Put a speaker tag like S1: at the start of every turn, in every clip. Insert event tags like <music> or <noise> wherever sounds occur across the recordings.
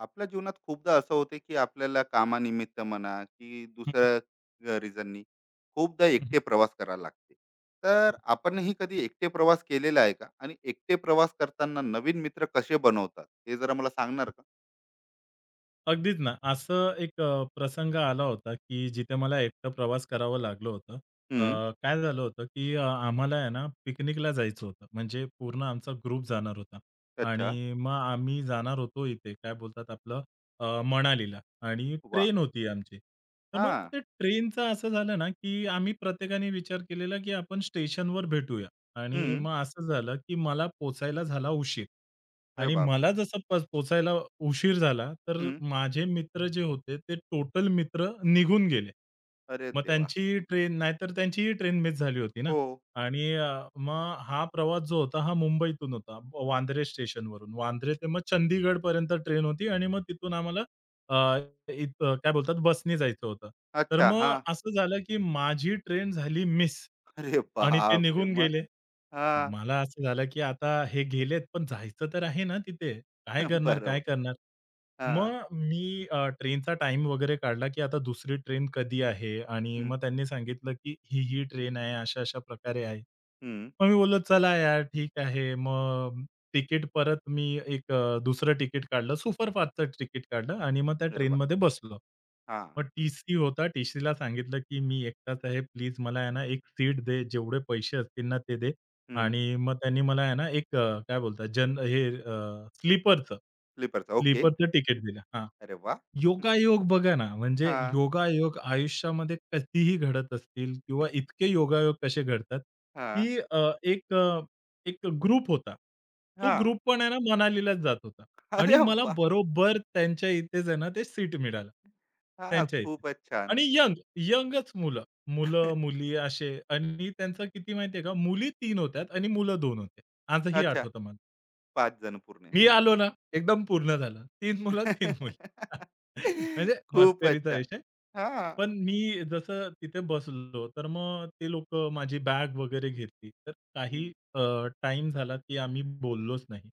S1: आपल्या जीवनात खूपदा असं होते, की आपल्याला कामानिमित्त म्हणा की
S2: हं, हं.
S1: दुसऱ्या रिझननी खूपदा
S2: हं,
S1: एकटे प्रवास करायला लागते. तर आपणही कधी एकटे प्रवास केलेला आहे का, आणि एकटे प्रवास करताना नवीन मित्र कसे बनवतात, हे जरा मला सांगणार का?
S2: अगदीच ना, असं एक प्रसंग आला होता, की जिथे मला एकटं प्रवास करावं लागलं होतं.
S1: हम्म.
S2: काय झालं होतं, की आम्हाला आहे ना पिकनिकला जायचं होतं. म्हणजे पूर्ण आमचा ग्रुप जाणार होता
S1: अच्छा.
S2: आणि मग आम्ही जाणार होतो इथे काय बोलतात आपलं मनालीला आणि
S1: वा.
S2: ट्रेन होती आमची. तर मग
S1: हा.
S2: ते ट्रेनचं असं झालं ना, की आम्ही प्रत्येकाने विचार केलेला, की आपण स्टेशनवर भेटूया आणि
S1: हम्म.
S2: मग असं झालं, की मला पोहचायला झाला उशीर.
S1: अरे
S2: आणि
S1: बापरे.
S2: मला जसं पोहचायला उशीर झाला, तर
S1: हम्म.
S2: माझे मित्र जे होते, ते टोटल मित्र निघून गेले.
S1: अरे
S2: मग
S1: देवा.
S2: त्यांची ट्रेन नाहीतर त्यांचीही ट्रेन मिस झाली होती ना
S1: हो.
S2: आणि मग हा प्रवास जो होता, हा मुंबईतून होता. वांद्रे स्टेशनवरून. वांद्रे ते मग चंदीगडपर्यंत ट्रेन होती आणि मग तिथून आम्हाला अ, इथं काय बोलतात, बसने जायचं होतं. तर
S1: अच्छा, हा.
S2: मग असं झालं, की माझी ट्रेन झाली मिस
S1: अरे
S2: आणि ते
S1: बापरे,
S2: निघून
S1: मग
S2: गेले.
S1: हा.
S2: मला असं झालं, की आता हे गेलेत, पण जायचं तर आहे ना तिथे. काय
S1: <laughs>
S2: करणार, काय
S1: बरोबर.
S2: करणार?
S1: हा.
S2: मग मी ट्रेनचा टाइम वगैरे काढला, की आता दुसरी ट्रेन कधी आहे आणि
S1: हम्म.
S2: मग त्यांनी सांगितलं, की ही ट्रेन आहे, अशा-अशा प्रकारे आहे.
S1: हम्म.
S2: मग मी बोललो, "चला यार, ठीक आहे." मग तिकीट परत मी एक दुसरं तिकीट काढलं, सुपरफास्टचं तिकीट काढलं आणि मग त्या
S1: अरे वा.
S2: ट्रेनमध्ये बसलो.
S1: हा.
S2: मग टी-सी होता, टी-सीला सांगितलं, की "मी एकटाच आहे. प्लीज मला आहे ना, एक सीट दे. जेवढे पैसे असतील ना, ते दे.
S1: हम्म.
S2: आणि मग त्यांनी मला आहे ना, एक काय बोलतात जन हे स्लीपरचं
S1: स्लीपरचा, ओके.
S2: स्लीपरचं तिकीट दिलं. हां.
S1: अरे वा.
S2: योगायोग बघा ना, म्हणजे
S1: हां.
S2: योगायोग आयुष्यामध्ये कधीही घडत असतील किंवा
S1: <laughs>
S2: इतके योगायोग कसे घडतात, की
S1: हां.
S2: एक ग्रुप होता. तो
S1: हां.
S2: ग्रुप पण आहे ना, मनालीलाच जात होता आणि
S1: अरे
S2: मला
S1: वाह!
S2: बरोबर त्यांच्या इथेच आहे ना, ते सीट मिळालं.
S1: हां,
S2: त्यांच्या इथे
S1: खूपच छान.
S2: आणि यंगच मुलं.
S1: <laughs>
S2: मुलं-मुली असे आणि त्यांचं किती माहिती का, मुली 3 होत्या आणि मुलं 2 होते. आजही
S1: अच्छा,
S2: आठवतं मला.
S1: 5 जण पूर्ण.
S2: मी
S1: हं.
S2: आलो ना, एकदम पूर्ण झालं. तीन मुलं, 3 मुली.
S1: <laughs>
S2: <laughs> म्हणजे
S1: खूपच
S2: मस्करीचा
S1: छान.
S2: विषय.
S1: हां.
S2: पण मी जसं तिथे बसलो, तर मग ते लोकं माझी बॅग वगैरे घेतली. तर काही
S1: हं,
S2: टाईम झाला, की आम्ही बोललोच नाही.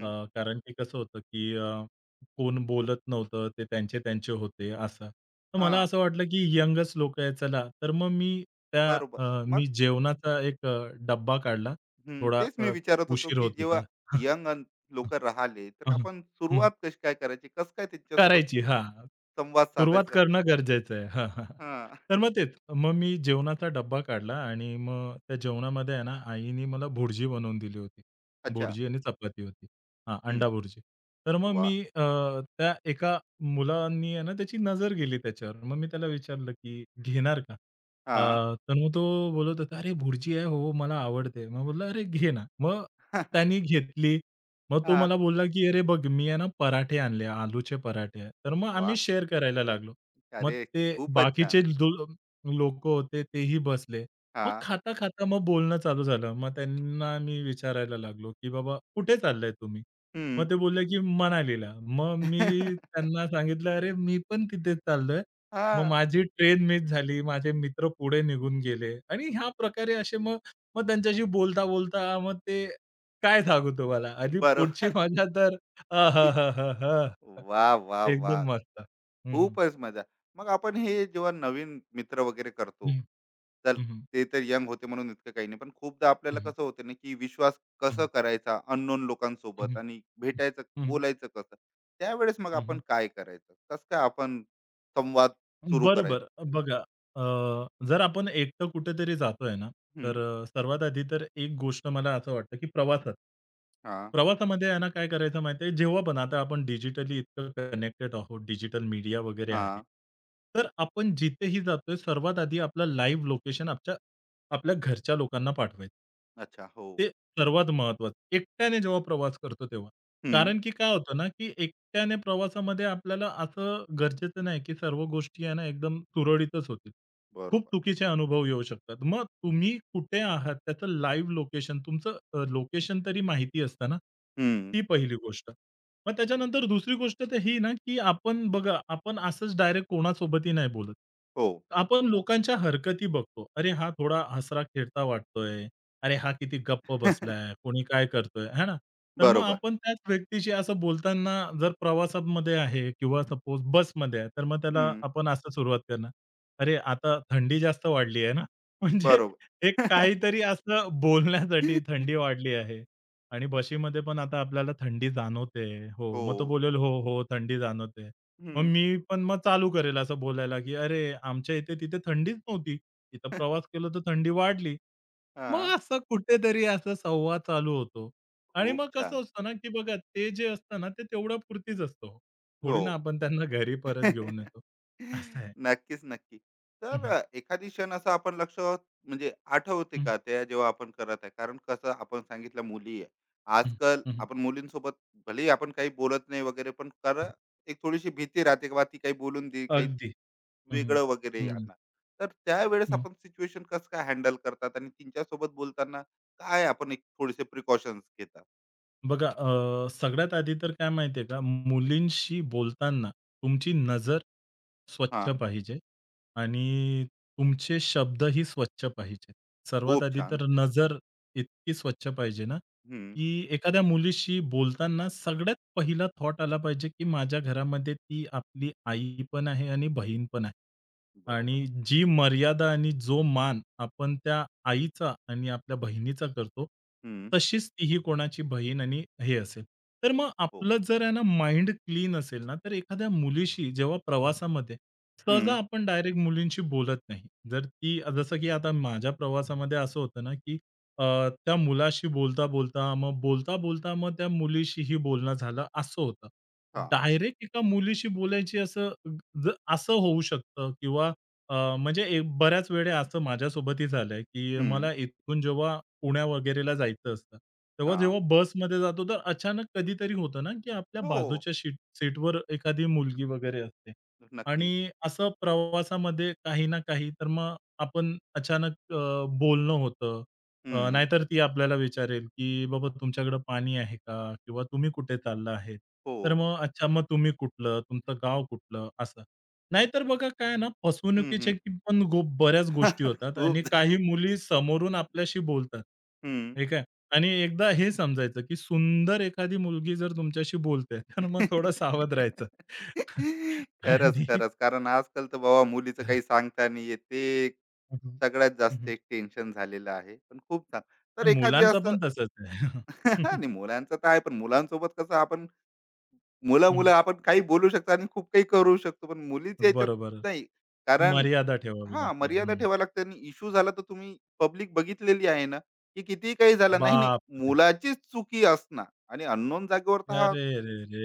S2: अ, कारण की कसं होतं, की कोण बोलत नव्हतं. ते त्यांचे-त्यांचे होते असं. तर मला
S1: हां,
S2: असं वाटलं, की यंगच लोकं आहेत चला. तर मग मी त्या
S1: बरोबर.
S2: मी
S1: मग
S2: जेवणाचा एक डब्बा काढला.
S1: हं,
S2: थोडा
S1: तेच मी विचारत होतो,
S2: उशीर
S1: की
S2: होत
S1: जेव्हा
S2: होता. <laughs>
S1: यंग अन लोकं राहिले, तर
S2: हं, हं.
S1: आपण
S2: हं.
S1: सुरुवात कशी काय करायची? कसं काय त्यांच्यासोबत
S2: करायची. हां.
S1: संवाद
S2: सुरुवात
S1: साधायचा?
S2: करणं गरजेचं आहे. हां, हां.
S1: हां.
S2: तर मग तेच. मग मी जेवणाचा डब्बा काढला आणि मग त्या जेवणामध्ये आहे ना, आईने मला भुर्जी बनवून दिली होती.
S1: अच्छा.
S2: भुर्जी आणि चपाती होती. हां, अंडा
S1: हं.
S2: भुर्जी. तर मग मी
S1: वाह!
S2: त्या एका मुलांनी आहे ना, त्याची नजर गेली त्याच्यावर. मग मी त्याला विचारलं, की "घेणार का?"
S1: हां.
S2: तर मग तो बोलत होता, "अरे भुर्जी आहे, हो मला आवडते." मग बोललं, "अरे घे ना." मग त्यानी घेतली. मग तो
S1: हां.
S2: मला बोलला, की "अरे बघ, मी आहे ना पराठे आणले, आलूचे पराठे." तर मग आम्ही
S1: वाह!
S2: शेअर करायला लागलो.
S1: <laughs> अरे,
S2: मग ते
S1: खूपच
S2: बाकीचे
S1: छान.
S2: लोकं होते तेही बसले. मग
S1: हां.
S2: खाता-खाता मग बोलणं चालू झालं. मग त्यांना मी विचारायला लागलो, की "बाबा कुठे चाललाय तुम्ही?"
S1: हं.
S2: मग ते बोलले, की "मनालीला." मग मी
S1: हां. <laughs>
S2: त्यांना सांगितलं, "अरे मी पण तिथेच चाललोय." मग माझी ट्रेन मिस झाली. माझे मित्र पुढे निघून गेले आणि ह्या प्रकारे असे मग मग त्यांच्याशी बोलता-बोलता मग ते काय सांगू तुम्हाला? आणि पुढची
S1: बरोबर.
S2: मजा तर आहाहाहा!
S1: वा, वा, वाह!
S2: एकदम मस्त. हं.
S1: खूपच मजा. मग आपण हे जेव्हा नवीन मित्र वगैरे करतो,
S2: हं, हं,
S1: चल,
S2: हं,
S1: ते तर यंग होते म्हणून इतकं काही नाही. पण खूपदा
S2: हं,
S1: आपल्याला
S2: हं,
S1: कसं होते ना, की विश्वास कसा करायचा अननोन
S2: हं,
S1: लोकांसोबत,
S2: हं,
S1: आणि भेटायचं,
S2: हं,
S1: बोलायचं कसं? त्यावेळेस मग
S2: हं,
S1: आपण
S2: हं.
S1: काय करायचं? कसं काय आपण संवाद सुरू
S2: बरोबर.
S1: करायचा?
S2: बघा, जर आपण एकटं कुठेतरी जातोय ना,
S1: हं.
S2: तर सर्वात आधी तर एक गोष्ट मला असं वाटतं, की
S1: हां,
S2: प्रवासामध्ये आहे ना, काय करायचं माहिती आहे, जेव्हा पण आता आपण डिजिटली इतकं कनेक्टेड आहोत, डिजिटल मीडिया वगैरे आहे.
S1: हां.
S2: तर आपण जिथेही जातोय, सर्वात आधी आपलं लाईव्ह लोकेशन आपल्या घरच्या लोकांना पाठवायचं.
S1: अच्छा. हो.
S2: ते सर्वात महत्त्वाचं. एकट्याने जेव्हा प्रवास करतो तेव्हा.
S1: हं.
S2: कारण की काय होतं ना, की एकट्याने प्रवासामध्ये आपल्याला असं गरजेचं नाही, की सर्व गोष्टी आहे ना, एकदम सुरळीतच होतील. खूप
S1: बरोबर.
S2: चुकीचे अनुभव येऊ शकतात. मग तुम्ही कुठे आहात त्याचं लाईव्ह लोकेशन तरी माहिती असतं ना,
S1: हं.
S2: ती पहिली गोष्ट. मग त्याच्यानंतर दुसरी गोष्ट तर ही ना, की आपण बघा आपण असंच डायरेक्ट कोणासोबतही नाही बोलत.
S1: हो.
S2: आपण लोकांच्या हरकती बघतो. अरे, हा थोडा हसरा-खेळता वाटतोय. अरे, हा किती गप्प बसलाय, कोणी काय करतोय, है ना? तर मग
S1: बरोबर.
S2: आपण त्याच व्यक्तीशी असं बोलताना जर प्रवासामध्ये आहे किंवा सपोज बसमध्ये आहे, तर मग त्याला
S1: हं.
S2: आपण असं सुरुवात करणार, "अरे, आता थंडी जास्त वाढली आहे ना?" <laughs> म्हणजे
S1: बरोबर.
S2: एक काहीतरी असं बोलण्यासाठी
S1: <laughs>
S2: थंडी वाढली आहे आणि
S1: नाही.
S2: बशीमध्ये पण आता आपल्याला थंडी जाणवते. हो, मग तो
S1: हो.
S2: बोलेल, "हो, हो, थंडी जाणवते." मग
S1: हं.
S2: मी पण मग चालू करेल असं बोलायला, की "अरे, आमच्या इथे तिथे थंडीच नव्हती. इथं प्रवास केला तर थंडी वाढली." मग
S1: हां.
S2: असं कुठेतरी असा संवाद चालू होतो. आणि
S1: खूप
S2: मग
S1: छान.
S2: कसं असतं ना, की बघा ते जे असतं ना, ते तेवढ्यापुरतीच असतं हो. थोडी
S1: हो.
S2: ना आपण त्यांना घरी परत घेऊन येतो.
S1: <laughs>
S2: असं आहे.
S1: नक्कीच, नक्की.
S2: हं,
S1: तर
S2: हं,
S1: एखादी क्षण असा आपण लक्षात, म्हणजे आठवते
S2: हं,
S1: का त्या जेव्हा आपण करत आहे? कारण कसं आपण सांगितलं मुली आहे.
S2: हं,
S1: आजकाल
S2: हं, हं,
S1: आपण मुलींसोबत भलेही आपण काही बोलत नाही वगैरे, पण कर
S2: हं.
S1: एक थोडीशी भीती राहते किंवा ती काही बोलून देईल, काही ती
S2: अगदी. हं, हं.
S1: वेगळं वगैरे
S2: हं,
S1: आणणार. तर त्यावेळेस आपण सिच्युएशन कसं काय हँडल करतात, आणि तिच्यासोबत बोलताना काय आपण एक थोडेसे प्रिकॉशन्स घेतात?
S2: बघा सगळ्यात आधी तर काय माहिती का, मुलींशी बोलताना तुमची नजर स्वच्छ
S1: हां.
S2: पाहिजे आणि तुमचे शब्दही स्वच्छ पाहिजे. सर्वात
S1: खूप
S2: आधी
S1: छान.
S2: तर नजर इतकी स्वच्छ पाहिजे ना की एखाद्या मुलीशी बोलताना सगळ्यात पहिला थॉट आला पाहिजे, की माझ्या घरामध्ये ती आपली आई पण आहे आणि बहीण पण आहे. आणि
S1: बरोबर.
S2: जी मर्यादा आणि जो मान आपण त्या आईचा आणि आपल्या बहिणीचा करतो,
S1: हं.
S2: तशीच तीही कोणाची बहीण आणि हे असेल. तर मग
S1: हो.
S2: आपलं जर आहे ना माइंड क्लीन असेल ना, तर एखाद्या मुलीशी जेव्हा प्रवासामध्ये सहसा
S1: हं.
S2: आपण डायरेक्ट मुलींशी बोलत नाही. जर ती जसं की आता माझ्या प्रवासामध्ये असं होतं ना, की त्या मुलाशी बोलता-बोलता, मग बोलता-बोलता मग त्या मुलीशीही बोलणं झालं, असं होतं.
S1: हां.
S2: डायरेक्ट एका मुलीशी बोलायची असं असं होऊ शकतं किंवा म्हणजे एक बऱ्याच वेळा असं माझ्यासोबतही झालंय, की
S1: हं.
S2: मला इथून जेव्हा पुण्या वगैरेला जायचं असतं, तेव्हा
S1: हां.
S2: जेव्हा बसमध्ये जातो, तर अचानक कधीतरी होतं ना, की आपल्या
S1: हो.
S2: बाजूच्या सीटवर एखादी मुलगी वगैरे असते
S1: नक्की.
S2: आणि असं प्रवासामध्ये काही ना काही, तर मग आपण अचानक बोलणं होतं
S1: हं.
S2: नाहीतर ती आपल्याला विचारेल, की "बाबा तुमच्याकडे पाणी आहे का? किंवा तुम्ही कुठे चालला आहेत?"
S1: हो.
S2: तर मग "अच्छा, मग तुम्ही कुठलं? तुमचं गाव कुठलं?" असं. नाहीतर बघा काय आहे ना,
S1: हं,
S2: फसवणुकीच्या
S1: हं.
S2: पण बऱ्याच गोष्टी
S1: <laughs>
S2: होतात आणि
S1: खूप ज.
S2: काही मुली समोरून आपल्याशी बोलतात.
S1: हं.
S2: ठीक आहे. आणि एकदा हे समजायचं, की सुंदर एखादी मुलगी जर तुमच्याशी बोलते, तर मग थोडं सावध राहायचं.
S1: <laughs>
S2: <laughs>
S1: खरंच,
S2: आणि
S1: खरंच. कारण आजकाल तर बाबा मुलीचं
S2: हं,
S1: काही सांगता नाही येत. ते एक सगळ्यात जास्त एक टेन्शन झालेलं आहे. पण खूप छान. तर एखादी
S2: मुलांचं
S1: असं.
S2: पण तसंच आहे.
S1: <laughs>
S2: <laughs>
S1: आणि मुलांचं तर आहे, पण मुलांसोबत कसं आपण
S2: हं,
S1: मुलं-मुलं आपण काही बोलू शकतो आणि खूप काही करू शकतो. पण मुलीच्या ह्याच्यात
S2: बरोबर.
S1: नाही. कारण
S2: मर्यादा ठेवावी
S1: हां,
S2: लागते.
S1: मर्यादा
S2: हं.
S1: ठेवावी लागते, आणि इश्यू झाला तर तुम्ही पब्लिक बघितलेली आहे ना, की कितीही काही झालं, नाही, नाही,
S2: बापरे!
S1: मुलाचीच चुकी असणार. आणि अननोन जागेवर तर हा
S2: अरे रे रे!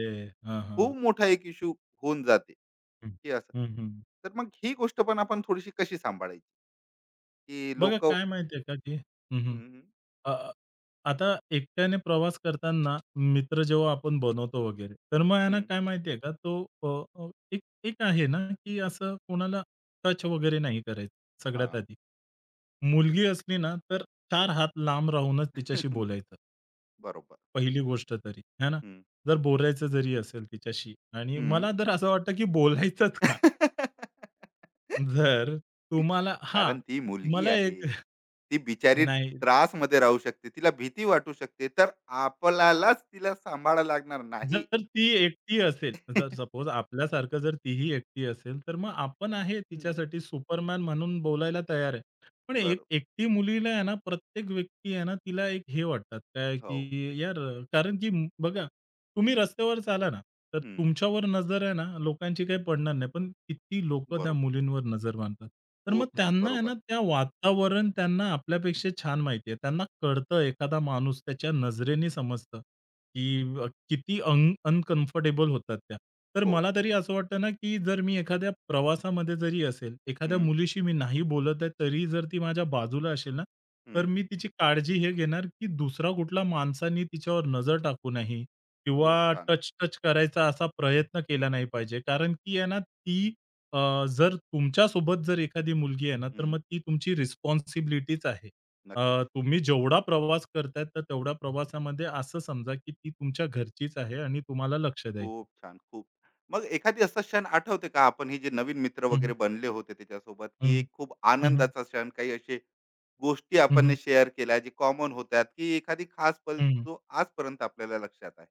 S2: हां, हां.
S1: खूप मोठा एक इश्यू होऊन जाते,
S2: हं.
S1: की असं.
S2: हं, हं.
S1: तर मग ही गोष्ट पण आपण थोडीशी कशी सांभाळायची, की
S2: बघा
S1: लोकं
S2: काय माहिती का, की हं, हं.
S1: हं.
S2: अ, अ, आता एकट्याने प्रवास करताना मित्र जेव्हा आपण बनवतो वगैरे, तर मग आहे ना काय
S1: <laughs>
S2: माहिती का, अ, एक एक आहे ना, की असं कोणाला टच वगैरे नाही करायचं सगळ्यात आधी. मुलगी असली ना, तर 4 हात लांब राहूनच तिच्याशी बोलायचं.
S1: बरोबर.
S2: पहिली गोष्ट तरी, है ना?
S1: हं,
S2: जर बोलायचं जरी असेल तिच्याशी आणि
S1: हं.
S2: मला तर असं वाटतं, की बोलायचंच का?
S1: <laughs>
S2: जर तुम्हाला हां,
S1: कारण ती मुलगी
S2: मला एक
S1: आहे.
S2: <laughs>
S1: ती बिचारी
S2: नाही.
S1: त्रासमध्ये राहू शकते. तिला भीती वाटू शकते. तर आपल्यालाच तिला सांभाळायला लागणार नाही.
S2: जर ती एकटी असेल, जर
S1: <laughs>
S2: सपोज आपल्यासारखं जर तीही एकटी असेल, तर मग आपण आहे
S1: हं.
S2: तिच्यासाठी सुपरमॅन म्हणून बोलायला तयार आहे. पण एक
S1: बरोबर.
S2: एकटी मुलीला आहे ना, प्रत्येक व्यक्ती आहे ना, तिला एक हे वाटतात काय,
S1: हो.
S2: की यार कारण की बघा, तुम्ही रस्त्यावर चाला ना, तर
S1: हं.
S2: तुमच्यावर नजर आहे ना, लोकांची काही पडणार नाही. पण किती लोकं त्या
S1: बरोबर.
S2: मुलींवर नजर मारतात. तर मग
S1: खूप छान.
S2: त्यांना आहे ना,
S1: बरोबर.
S2: त्या वातावरण त्यांना आपल्यापेक्षा छान माहिती आहे. त्यांना कळतं एखादा माणूस त्याच्या नजरेने समजतं. की किती अनकम्फर्टेबल होतात त्या. तर
S1: हो.
S2: मला तरी असं वाटतं ना, की जर मी एखाद्या प्रवासामध्ये जरी असेल, एखाद्या
S1: हं,
S2: मुलीशी मी नाही बोलत आहे, तरी जर ती माझ्या बाजूला असेल ना, तर
S1: हं.
S2: मी तिची काळजी हे घेणार, की दुसरा कुठला माणसाने तिच्यावर नजर टाकू नये किंवा
S1: खूप छान.
S2: टच-टच करायचा असा प्रयत्न केला नाही पाहिजे. कारण की आहे ना, ती जर तुमच्यासोबत जर एखादी मुलगी आहे ना, तर
S1: हं.
S2: मग ती तुमची रिस्पॉन्सिबिलिटीच आहे.
S1: नक्की.
S2: तुम्ही जेवढा प्रवास करताय, तर तेवढ्या प्रवासामध्ये असं समजा, की ती तुमच्या घरचीच आहे आणि तुम्हाला लक्ष द्यायचं.
S1: खूप छान. खूप. मग एखादी असा क्षण आठवते का आपण हे जे नवीन मित्र
S2: हं, हं.
S1: वगैरे बनले होते त्याच्यासोबत,
S2: हं,
S1: की खूप
S2: हं, हं.
S1: आनंदाचा क्षण, काही असे गोष्टी
S2: हं,
S1: आपण
S2: हं.
S1: शेअर केल्या जे कॉमन होत्या, की एखादी खास पल
S2: हं.
S1: जो आजपर्यंत आपल्याला लक्षात आहे?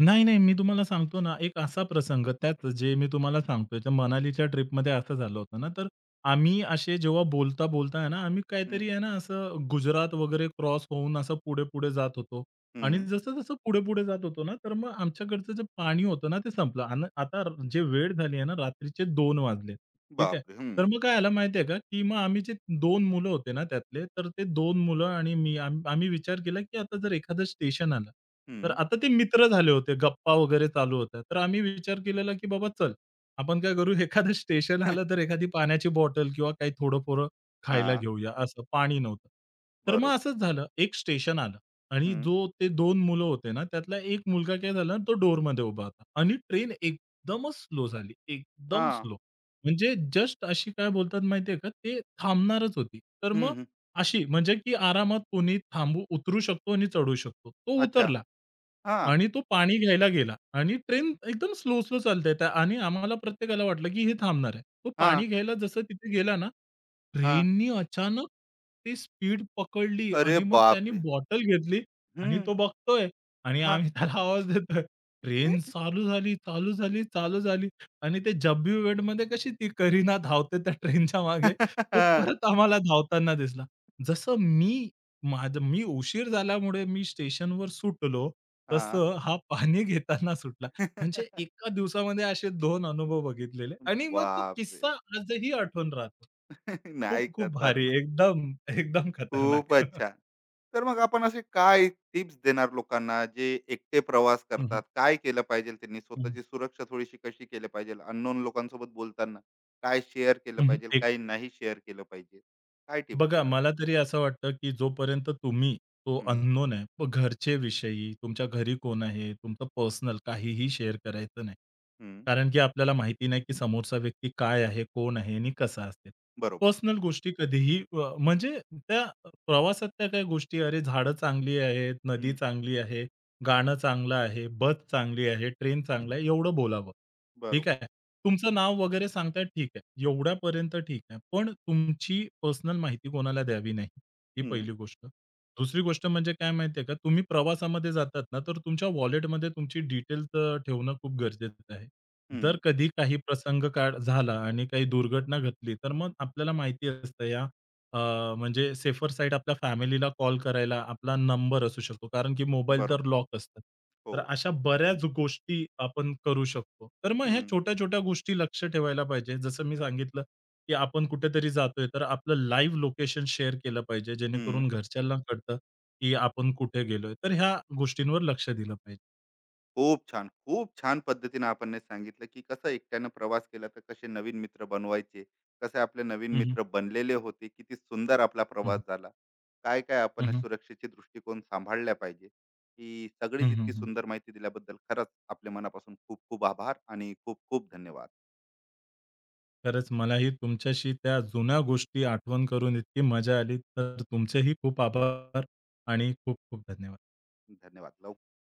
S2: नाही, नाही. मी तुम्हाला सांगतो ना, एक असा प्रसंग त्यात जे मी तुम्हाला सांगतोय, तर मनालीच्या ट्रिपमध्ये असं झालं होतं ना, तर आम्ही असे जेव्हा बोलता-बोलता आहे ना, आम्ही
S1: हं,
S2: काहीतरी आहे ना, असं गुजरात वगैरे क्रॉस होऊन असं पुढे-पुढे जात होतो आणि
S1: हं.
S2: जसं-जसं पुढे-पुढे जात होतो ना, तर मग आमच्याकडचं जे पाणी होतं ना, ते संपलं आणि आता जे वेळ झाली आहे ना, रात्रीचे 2 वाजले. ठीक आहे.
S1: बापरे!
S2: तर
S1: हं,
S2: मग काय झालं माहिती आहे का, की मग आम्ही जे 2 मुलं होते ना त्यातले, तर ते दोन मुलं आणि मी आम्ही विचार केला, की आता जर एखादं स्टेशन आलं, तर
S1: हं.
S2: आता ते मित्र झाले होते, गप्पा वगैरे चालू होत्या. तर आम्ही विचार केलेला, की बाबा चल, आपण काय करू <laughs> एखादं स्टेशन आलं, तर एखादी पाण्याची बॉटल किंवा काही थोडं-थोडं खायला
S1: हां.
S2: घेऊया असं. पाणी नव्हतं. तर मग
S1: बरोबर.
S2: असंच झालं, एक स्टेशन आलं आणि
S1: हं.
S2: जो ते 2 मुलं होते ना, त्यातला एक मुलगा काय झाला, तो डोरमध्ये उभा होता आणि ट्रेन एकदमच स्लो झाली, एकदम
S1: हां.
S2: स्लो. म्हणजे जस्ट अशी काय बोलतात माहिती आहे का, ते थांबणारच होती. तर
S1: हं,
S2: मग
S1: हं.
S2: अशी म्हणजे की आरामात कोणी उतरू शकतो आणि चढू शकतो. तो
S1: अच्छा.
S2: उतरला
S1: हां,
S2: आणि तो पाणी घ्यायला गेला आणि ट्रेन एकदम स्लो, स्लो चालते त्या आणि आम्हाला प्रत्येकाला वाटलं की हे थांबणार आहे. तो
S1: हां,
S2: पाणी घ्यायला जसं तिथे गेला ना,
S1: हां.
S2: ट्रेननी अचानक ती स्पीड पकडली
S1: अरे
S2: आणि मग त्याने
S1: बापरे!
S2: बॉटल घेतली आणि
S1: हं,
S2: तो बघतोय आणि
S1: हां.
S2: आम्ही त्याला आवाज देतोय, "ट्रेन चालू झाली, चालू झाली, चालू झाली." आणि ते जब्बी इव्हेंटमध्ये कशी ती करीना धावते त्या ट्रेनच्या मागे, तो परत आम्हाला धावताना दिसला. जसं मी उशीर झाल्यामुळे मी स्टेशनवर सुटलो,
S1: हां. <laughs>
S2: तसं हा पाणी घेताना सुटला. म्हणजे
S1: <laughs>
S2: एका दिवसामध्ये असे 2 अनुभव बघितलेले आणि मग तो
S1: बापरे!
S2: किस्सा आजही आठवून राहतो.
S1: <laughs>
S2: खूप
S1: नाही,
S2: खूप भारी,
S1: खतरनाक.
S2: एकदम, एकदम खतरनाक.
S1: खूपच
S2: <laughs>
S1: छान. तर मग आपण असे काय टिप्स देणार लोकांना जे एकटे प्रवास
S2: हं, हं.
S1: करतात? काय केलं पाहिजे त्यांनी?
S2: हं,
S1: स्वतःची सुरक्षा थोडीशी कशी केली पाहिजे? अननोन लोकांसोबत बोलताना काय शेअर केलं पाहिजे? काय नाही शेअर केलं पाहिजे? काय टिप्स
S2: बघा,
S1: देणार?
S2: मला तरी असं वाटतं, की जोपर्यंत तुम्ही तो
S1: हं,
S2: अननोन आहे, मग घरचे विषयी, तुमच्या घरी कोण आहे, तुमचं पर्सनल काहीही शेअर करायचं नाही.
S1: हं.
S2: कारण की आपल्याला माहिती नाही, की समोरचा व्यक्ती काय आहे, कोण आहे आणि कसा असेल.
S1: बरोबर.
S2: पर्सनल गोष्टी कधीही म्हणजे त्या प्रवासात त्या काही गोष्टी, अरे, झाडं चांगली आहेत, नदी
S1: हं,
S2: चांगली आहे, गाणं चांगलं आहे, बस चांगली आहे, ट्रेन चांगला आहे, एवढं बोलावं. ठीक
S1: बरोबर.
S2: आहे. तुमचं नाव वगैरे सांगताय ठीक आहे. एवढ्यापर्यंत ठीक आहे. पण तुमची पर्सनल माहिती कोणाला द्यावी नाही. ही
S1: हं,
S2: पहिली गोष्ट. दुसरी गोष्ट म्हणजे काय माहिती आहे का, तुम्ही प्रवासामध्ये जातात ना, तर तुमच्या वॉलेटमध्ये तुमची डिटेल्स ठेवणं खूप गरजेचं आहे. जर
S1: हं.
S2: कधी काही प्रसंग काळ झाला आणि काही दुर्घटना घटली, तर मग आपल्याला माहिती असतं अ, म्हणजे सेफर साईड आपल्या फॅमिलीला कॉल करायला आपला नंबर असू शकतो. कारण की मोबाईल तर
S1: बरोबर.
S2: लॉक असतात.
S1: हो.
S2: तर अशा बऱ्याच गोष्टी आपण करू शकतो. तर मग ह्या
S1: हं,
S2: छोट्या-छोट्या गोष्टी लक्ष ठेवायला पाहिजे. जसं मी सांगितलं, की आपण कुठेतरी जातोय, तर आपलं लाईव्ह लोकेशन शेअर केलं पाहिजे,
S1: हं.
S2: जेणेकरून घरच्यांना कळतं, की आपण कुठे गेलोय. तर ह्या गोष्टींवर लक्ष दिलं पाहिजे.
S1: खूप छान. खूप छान पद्धतीने आपण हे सांगितलं, की कसं एकट्यानं प्रवास केला तर कसे नवीन मित्र बनवायचे, कसे आपले नवीन
S2: हं, हं.
S1: मित्र बनलेले होते, किती सुंदर आपला
S2: हं, हं.
S1: प्रवास झाला. काय-काय आपण
S2: हं,
S1: ने
S2: हं.
S1: सुरक्षेचे दृष्टिकोन सांभाळल्या पाहिजे. ही सगळीच इतकी सुंदर माहिती दिल्याबद्दल खरंच आपल्या मनापासून खूप-खूप आभार आणि खूप-खूप धन्यवाद.
S2: खरंच मलाही तुमच्याशी त्या जुन्या गोष्टी आठवण करून इतकी मजा आली. तर तुमचेही खूप आभार आणि खूप खूप धन्यवाद.
S1: धन्यवाद. लव